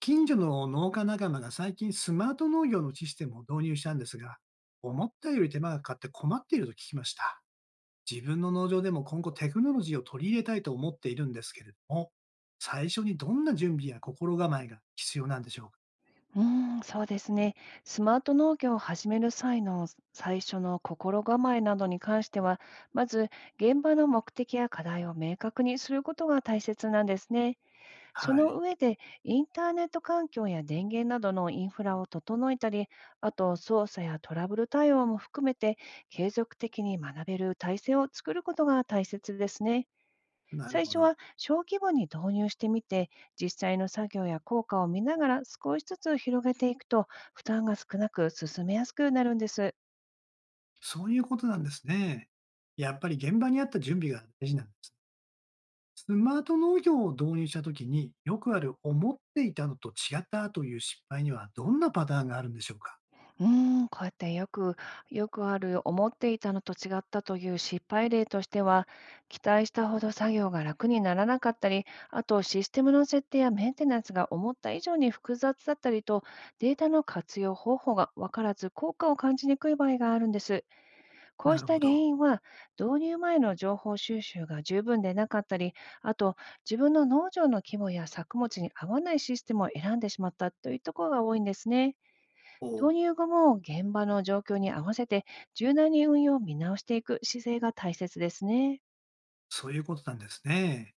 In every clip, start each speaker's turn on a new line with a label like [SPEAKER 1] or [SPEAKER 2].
[SPEAKER 1] 近所の農家仲間が最近スマート農業のシステムを導入したんですが、思ったより手間がかかって困っていると聞きました。自分の農場でも今後テクノロジーを取り入れたいと思っているんですけれども、最初にどんな準備や心構えが必要なんでしょうか？
[SPEAKER 2] うーそうですね。スマート農業を始める際の最初の心構えなどに関しては、まず現場の目的や課題を明確にすることが大切なんですね。そ
[SPEAKER 1] は
[SPEAKER 2] の
[SPEAKER 1] い。
[SPEAKER 2] 上で、インターネット環境や電源などのインフラを整えたり、あと操作やトラブル対応も含めて、継続的に学べる体制を作ることが大切ですね。
[SPEAKER 1] なる
[SPEAKER 2] 最
[SPEAKER 1] ほ
[SPEAKER 2] 初
[SPEAKER 1] ど。
[SPEAKER 2] は小規模に導入してみて、実際の作業や効果を見ながら少しずつ広げていくと、負担が少なく進めやすくなるんです。
[SPEAKER 1] そういうことなんですね。やっぱり現場にあった準備が大事なんです。スマート農業を導入したときによくある思っていたのと違ったという失敗にはどんなパターンがあるんでしょうか？
[SPEAKER 2] うーこうやってよくある思っていたのと違ったという失敗例としては、期待したほど作業が楽にならなかったり、あとシステムの設定やメンテナンスが思った以上に複雑だったりと、データの活用方法が分からず効果を感じにくい場合があるんです。こう
[SPEAKER 1] な
[SPEAKER 2] し
[SPEAKER 1] る
[SPEAKER 2] た
[SPEAKER 1] ほ
[SPEAKER 2] 原
[SPEAKER 1] ど。
[SPEAKER 2] 因は、導入前の情報収集が十分でなかったり、あと自分の農場の規模や作物に合わないシステムを選んでしまったというところが多いんですね。
[SPEAKER 1] おう。
[SPEAKER 2] 導入後も現場の状況に合わせて柔軟に運用を見直していく姿勢が大切ですね。
[SPEAKER 1] そういうことなんですね。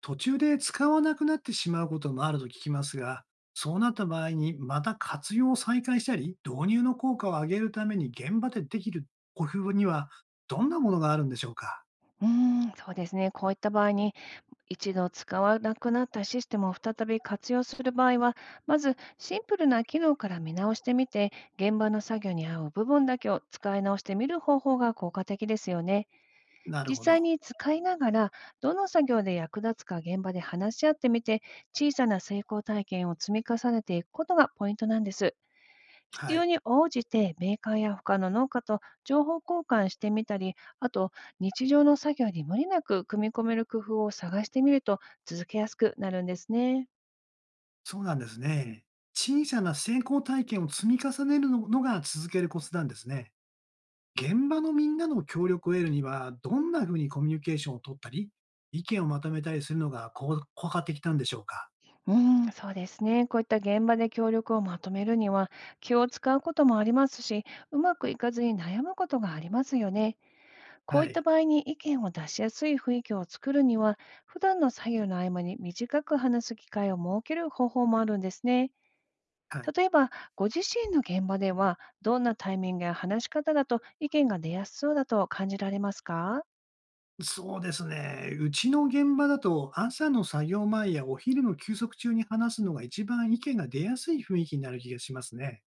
[SPEAKER 1] 途中で使わなくなってしまうこともあると聞きますが、そうなった場合にまた活用を再開したり、導入の効果を上げるために現場でできる工夫にはどんなものがあるんでしょうか？
[SPEAKER 2] そうですね。こういった場合に一度使わなくなったシステムを再び活用する場合は、まずシンプルな機能から見直してみて、現場の作業に合う部分だけを使い直してみる方法が効果的ですよね。
[SPEAKER 1] なる
[SPEAKER 2] 実
[SPEAKER 1] ほ
[SPEAKER 2] 際
[SPEAKER 1] ど。
[SPEAKER 2] に使いながら、どの作業で役立つか現場で話し合ってみて、小さな成功体験を積み重ねていくことがポイントなんです。必
[SPEAKER 1] は
[SPEAKER 2] 要
[SPEAKER 1] い。
[SPEAKER 2] に応じてメーカーや他の農家と情報交換してみたり、あと日常の作業に無理なく組み込める工夫を探してみると続けやすくなるんですね。
[SPEAKER 1] そうなんですね。小さな成功体験を積み重ねるのが続けるコツなんですね。現場のみんなの協力を得るには、どんなふうにコミュニケーションを取ったり、意見をまとめたりするのが効果的なんでしょうか？
[SPEAKER 2] うん、そうですね。こういった現場で協力をまとめるには気を使うこともありますし、うまくいかずに悩むことがありますよね。こ
[SPEAKER 1] は
[SPEAKER 2] ういった
[SPEAKER 1] い。
[SPEAKER 2] 場合に意見を出しやすい雰囲気を作るには、普段の作業の合間に短く話す機会を設ける方法もあるんですね。
[SPEAKER 1] はい。
[SPEAKER 2] 例えば、ご自身の現場では、どんなタイミングや話し方だと意見が出やすそうだと感じられますか？
[SPEAKER 1] そうですね。うちの現場だと、朝の作業前やお昼の休息中に話すのが一番意見が出やすい雰囲気になる気がしますね。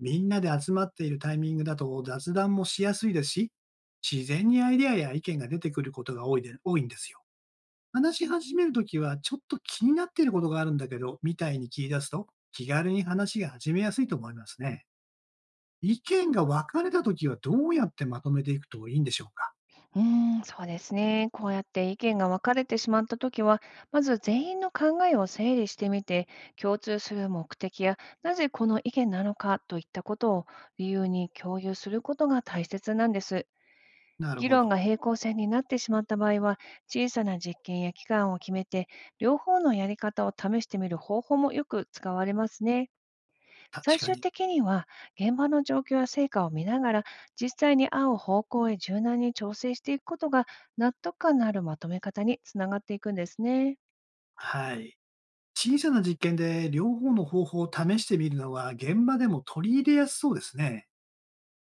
[SPEAKER 1] みんなで集まっているタイミングだと雑談もしやすいですし、自然にアイデアや意見が出てくることが多いんですよ。話し始めるときは、ちょっと気になっていることがあるんだけど、みたいに切り出すと、気軽に話が始めやすいと思いますね。意見が分かれたときはどうやってまとめていくといいんでしょうか？
[SPEAKER 2] うーそうですね。こうやって意見が分かれてしまったときは、まず全員の考えを整理してみて、共通する目的や、なぜこの意見なのかといったことを理由に共有することが大切なんです。
[SPEAKER 1] なる
[SPEAKER 2] 議
[SPEAKER 1] ほ
[SPEAKER 2] 論
[SPEAKER 1] ど。
[SPEAKER 2] が平行線になってしまった場合は、小さな実験や期間を決めて、両方のやり方を試してみる方法もよく使われますね。
[SPEAKER 1] 確
[SPEAKER 2] 最
[SPEAKER 1] か
[SPEAKER 2] 終
[SPEAKER 1] に。
[SPEAKER 2] 的には、現場の状況や成果を見ながら、実際に合う方向へ柔軟に調整していくことが、納得感のあるまとめ方につながっていくんですね。
[SPEAKER 1] はい。小さな実験で両方の方法を試してみるのは現場でも取り入れやすそうですね。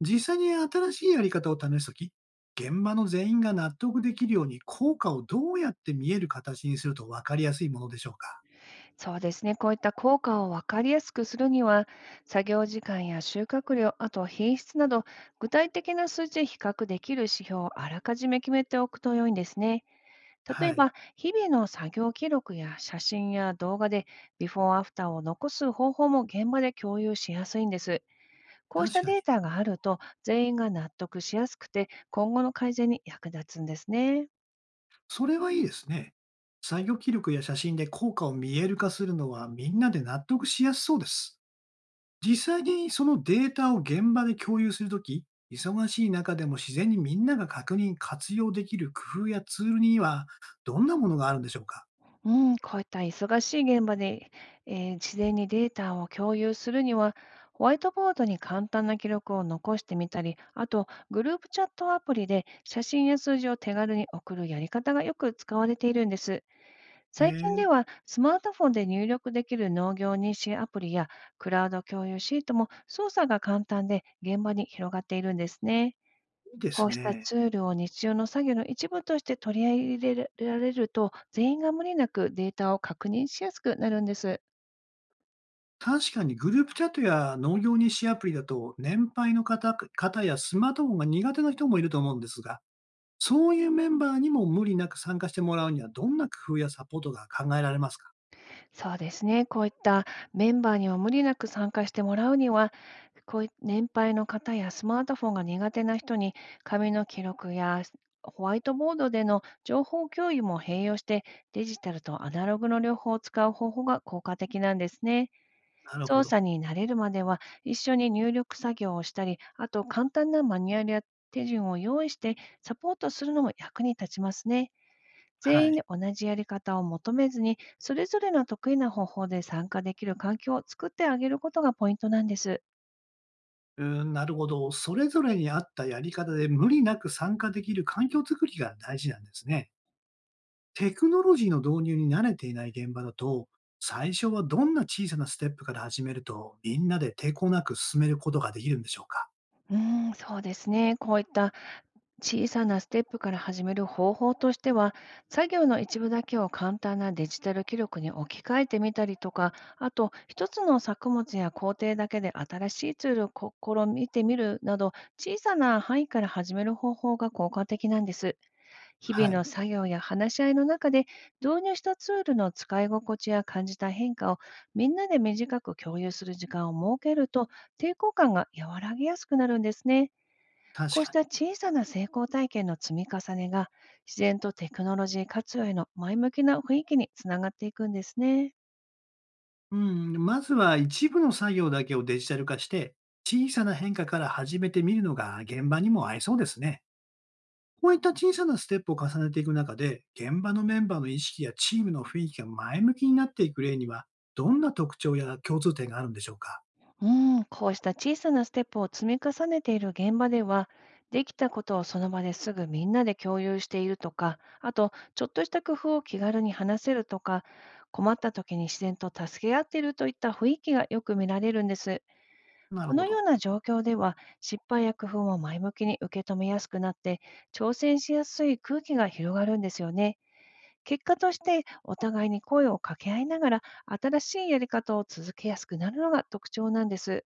[SPEAKER 1] 実際に新しいやり方を試すとき、現場の全員が納得できるように効果をどうやって見える形にすると分かりやすいものでしょうか。
[SPEAKER 2] そうですね、こういった効果を分かりやすくするには、作業時間や収穫量、あとは品質など、具体的な数値で比較できる指標をあらかじめ決めておくと良いんですね。
[SPEAKER 1] は
[SPEAKER 2] 例え
[SPEAKER 1] い。
[SPEAKER 2] ば、日々の作業記録や写真や動画で、ビフォーアフターを残す方法も現場で共有しやすいんです。こうし
[SPEAKER 1] 確
[SPEAKER 2] た
[SPEAKER 1] か
[SPEAKER 2] デー
[SPEAKER 1] に。
[SPEAKER 2] タがあると、全員が納得しやすくて、今後の改善に役立つんですね。
[SPEAKER 1] それはいいですね。作業記録や写真で効果を見える化するのはみんなで納得しやすそうです。実際にそのデータを現場で共有するとき、忙しい中でも自然にみんなが確認、活用できる工夫やツールにはどんなものがあるんでしょうか？
[SPEAKER 2] うん、こういった忙しい現場で、事前にデータを共有するには、ホワイトボードに簡単な記録を残してみたり、あと、グループチャットアプリで写真や数字を手軽に送るやり方がよく使われているんです。
[SPEAKER 1] へ
[SPEAKER 2] 最近で
[SPEAKER 1] え、
[SPEAKER 2] は、スマートフォンで入力できる農業認証アプリや、クラウド共有シートも操作が簡単で現場に広がっているんですね。
[SPEAKER 1] いいで
[SPEAKER 2] こ
[SPEAKER 1] す
[SPEAKER 2] うした
[SPEAKER 1] ね。
[SPEAKER 2] ツールを日常の作業の一部として取り入れられると、全員が無理なくデータを確認しやすくなるんです。
[SPEAKER 1] 確かにグループチャットや農業日誌アプリだと年配の方やスマートフォンが苦手な人もいると思うんですが、そういうメンバーにも無理なく参加してもらうにはどんな工夫やサポートが考えられますか？
[SPEAKER 2] そうですね。こういったメンバーには無理なく参加してもらうには、こうい年配の方やスマートフォンが苦手な人に、紙の記録やホワイトボードでの情報共有も併用して、デジタルとアナログの両方を使う方法が効果的なんですね。
[SPEAKER 1] なるほ
[SPEAKER 2] 操
[SPEAKER 1] ど。
[SPEAKER 2] 作に慣れるまでは、一緒に入力作業をしたり、あと簡単なマニュアルや手順を用意してサポートするのも役に立ちますね。
[SPEAKER 1] は
[SPEAKER 2] 全員
[SPEAKER 1] い。
[SPEAKER 2] で同じやり方を求めずに、それぞれの得意な方法で参加できる環境を作ってあげることがポイントなんです。
[SPEAKER 1] うーん、なるほど。それぞれに合ったやり方で無理なく参加できる環境づくりが大事なんですね。テクノロジーの導入に慣れていない現場だと、最初はどんな小さなステップから始めると、みんなで抵抗なく進めることができるんでしょうか？
[SPEAKER 2] うーそうですね。こういった小さなステップから始める方法としては、作業の一部だけを簡単なデジタル記録に置き換えてみたりとか、あと、一つの作物や工程だけで新しいツールを試みてみるなど、小さな範囲から始める方法が効果的なんです。日
[SPEAKER 1] は
[SPEAKER 2] 々の
[SPEAKER 1] い。
[SPEAKER 2] 作業や話し合いの中で、導入したツールの使い心地や感じた変化をみんなで短く共有する時間を設けると、抵抗感が和らぎやすくなるんですね。こ
[SPEAKER 1] 確
[SPEAKER 2] うし
[SPEAKER 1] かに。
[SPEAKER 2] た小さな成功体験の積み重ねが、自然とテクノロジー活用への前向きな雰囲気につながっていくんですね。
[SPEAKER 1] うん。まずは一部の作業だけをデジタル化して、小さな変化から始めてみるのが現場にも合いそうですね。こういった小さなステップを重ねていく中で、現場のメンバーの意識やチームの雰囲気が前向きになっていく例には、どんな特徴や共通点があるんでしょうか？
[SPEAKER 2] うん、こうした小さなステップを積み重ねている現場では、できたことをその場ですぐみんなで共有しているとか、あと、ちょっとした工夫を気軽に話せるとか、困った時に自然と助け合っているといった雰囲気がよく見られるんです。
[SPEAKER 1] なる
[SPEAKER 2] こ
[SPEAKER 1] ほ
[SPEAKER 2] のよう
[SPEAKER 1] ど。
[SPEAKER 2] な状況では、失敗や工夫も前向きに受け止めやすくなって、挑戦しやすい空気が広がるんですよね。結果として、お互いに声を掛け合いながら、新しいやり方を続けやすくなるのが特徴なんです。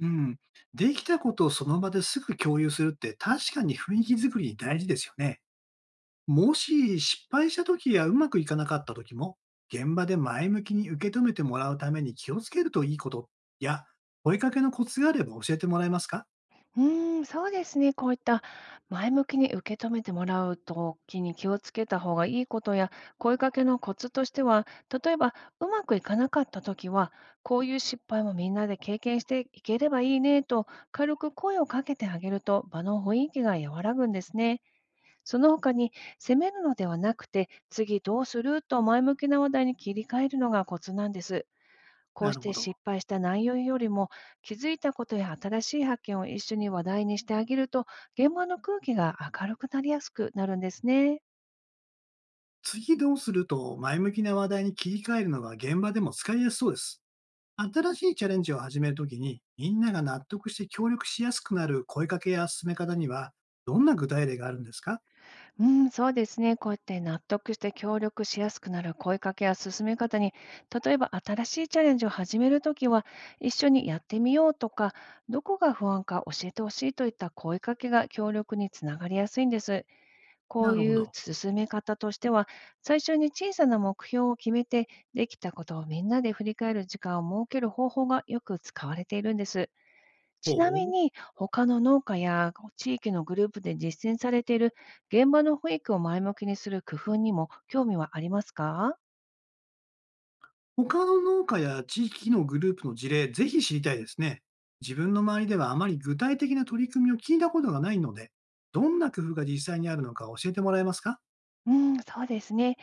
[SPEAKER 1] うん。できたことをその場ですぐ共有するって確かに雰囲気づくりに大事ですよね。もし失敗した時やうまくいかなかった時も、現場で前向きに受け止めてもらうために気をつけるといいことや、声かけのコツがあれば教えてもらえますか？
[SPEAKER 2] そうですね。こういった前向きに受け止めてもらうときに気をつけた方がいいことや、声かけのコツとしては、例えばうまくいかなかったときは、こういう失敗もみんなで経験していければいいねと軽く声をかけてあげると場の雰囲気が和らぐんですね。その他に責めるのではなくて、次どうすると前向きな話題に切り替えるのがコツなんです。こう
[SPEAKER 1] な
[SPEAKER 2] し
[SPEAKER 1] るほ
[SPEAKER 2] て
[SPEAKER 1] ど。
[SPEAKER 2] 失敗した内容よりも、気づいたことや新しい発見を一緒に話題にしてあげると、現場の空気が明るくなりやすくなるんですね。
[SPEAKER 1] 次どうすると前向きな話題に切り替えるのが現場でも使いやすそうです。新しいチャレンジを始めるときに、みんなが納得して協力しやすくなる声かけや進め方には、どんな具体例があるんですか？
[SPEAKER 2] うん、そうですね。こうやって納得して協力しやすくなる声かけや進め方に、例えば新しいチャレンジを始めるときは、一緒にやってみようとか、どこが不安か教えてほしいといった声かけが協力につながりやすいんです。こ
[SPEAKER 1] な
[SPEAKER 2] う
[SPEAKER 1] るほ
[SPEAKER 2] いう
[SPEAKER 1] ど。
[SPEAKER 2] 進め方としては、最初に小さな目標を決めて、できたことをみんなで振り返る時間を設ける方法がよく使われているんです。
[SPEAKER 1] ほ
[SPEAKER 2] ちなみ
[SPEAKER 1] う。
[SPEAKER 2] に、他の農家や地域のグループで実践されている現場の保育を前向きにする工夫にも興味はありますか？
[SPEAKER 1] 他の農家や地域のグループの事例、ぜひ知りたいですね。自分の周りではあまり具体的な取り組みを聞いたことがないので、どんな工夫が実際にあるのか教えてもらえますか？
[SPEAKER 2] うん、そうですね。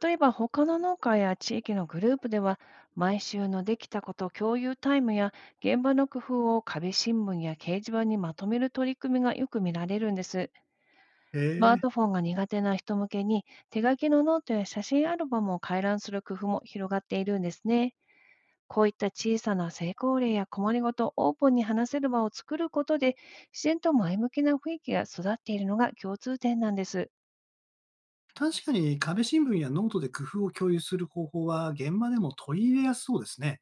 [SPEAKER 2] 例えば他の農家や地域のグループでは、毎週のできたこと共有タイムや現場の工夫を壁新聞や掲示板にまとめる取り組みがよく見られるんです。
[SPEAKER 1] へ
[SPEAKER 2] スマー
[SPEAKER 1] え。
[SPEAKER 2] トフォンが苦手な人向けに、手書きのノートや写真アルバムを回覧する工夫も広がっているんですね。こういった小さな成功例や困りごとをオープンに話せる場を作ることで、自然と前向きな雰囲気が育っているのが共通点なんです。
[SPEAKER 1] 確かに壁新聞やノートで工夫を共有する方法は現場でも取り入れやすそうですね。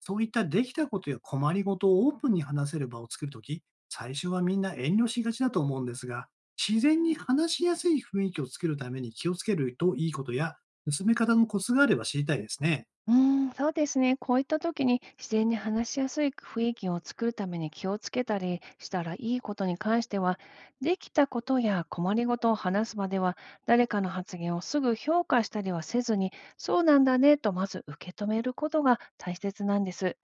[SPEAKER 1] そういったできたことや困りごとをオープンに話せる場を作るとき、最初はみんな遠慮しがちだと思うんですが、自然に話しやすい雰囲気を作るために気をつけるといいことや、進め方のコツがあれば知りたいですね。
[SPEAKER 2] うーそうですね。こういった時に自然に話しやすい雰囲気を作るために気をつけたりしたらいいことに関しては、できたことや困りごとを話す場では、誰かの発言をすぐ評価したりはせずに、そうなんだねとまず受け止めることが大切なんです。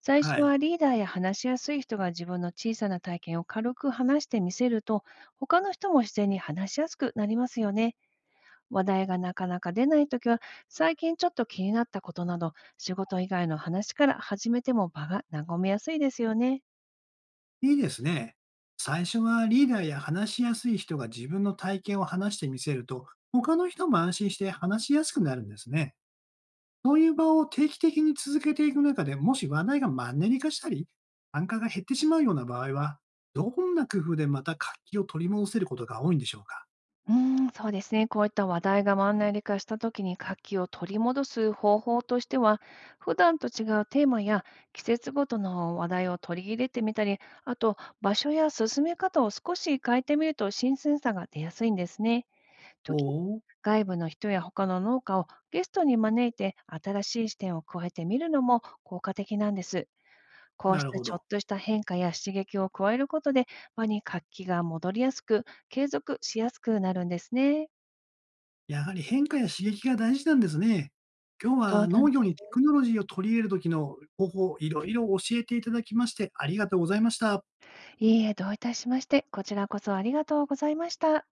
[SPEAKER 2] 最初
[SPEAKER 1] は
[SPEAKER 2] は
[SPEAKER 1] い。
[SPEAKER 2] リーダーや話しやすい人が自分の小さな体験を軽く話してみせると、他の人も自然に話しやすくなりますよね。話題がなかなか出ないときは、最近ちょっと気になったことなど、仕事以外の話から始めても場が和みやすいですよね。
[SPEAKER 1] いいですね。最初はリーダーや話しやすい人が自分の体験を話してみせると、他の人も安心して話しやすくなるんですね。そういう場を定期的に続けていく中で、もし話題がマンネリ化したり、参加が減ってしまうような場合は、どんな工夫でまた活気を取り戻せることが多いんでしょうか？
[SPEAKER 2] うーそうですね。こういった話題がマンネリ化した時に活気を取り戻す方法としては、普段と違うテーマや季節ごとの話題を取り入れてみたり、あと場所や進め方を少し変えてみると新鮮さが出やすいんですね。
[SPEAKER 1] お
[SPEAKER 2] 時に
[SPEAKER 1] おー、
[SPEAKER 2] 外部の人や他の農家をゲストに招いて新しい視点を加えてみるのも効果的なんです。こう
[SPEAKER 1] な
[SPEAKER 2] し
[SPEAKER 1] る
[SPEAKER 2] た
[SPEAKER 1] ほ
[SPEAKER 2] ちょっ
[SPEAKER 1] ど。
[SPEAKER 2] とした変化や刺激を加えることで場に活気が戻りやすく継続しやすくなるんですね。
[SPEAKER 1] やはり変化や刺激が大事なんですね。今日
[SPEAKER 2] そ
[SPEAKER 1] は
[SPEAKER 2] うなん
[SPEAKER 1] 農
[SPEAKER 2] で
[SPEAKER 1] 業に
[SPEAKER 2] す。
[SPEAKER 1] テクノロジーを取り入れる時の方法、いろいろ教えていただきましてありがとうございました。
[SPEAKER 2] いいえ、どういたしまして、こちらこそありがとうございました。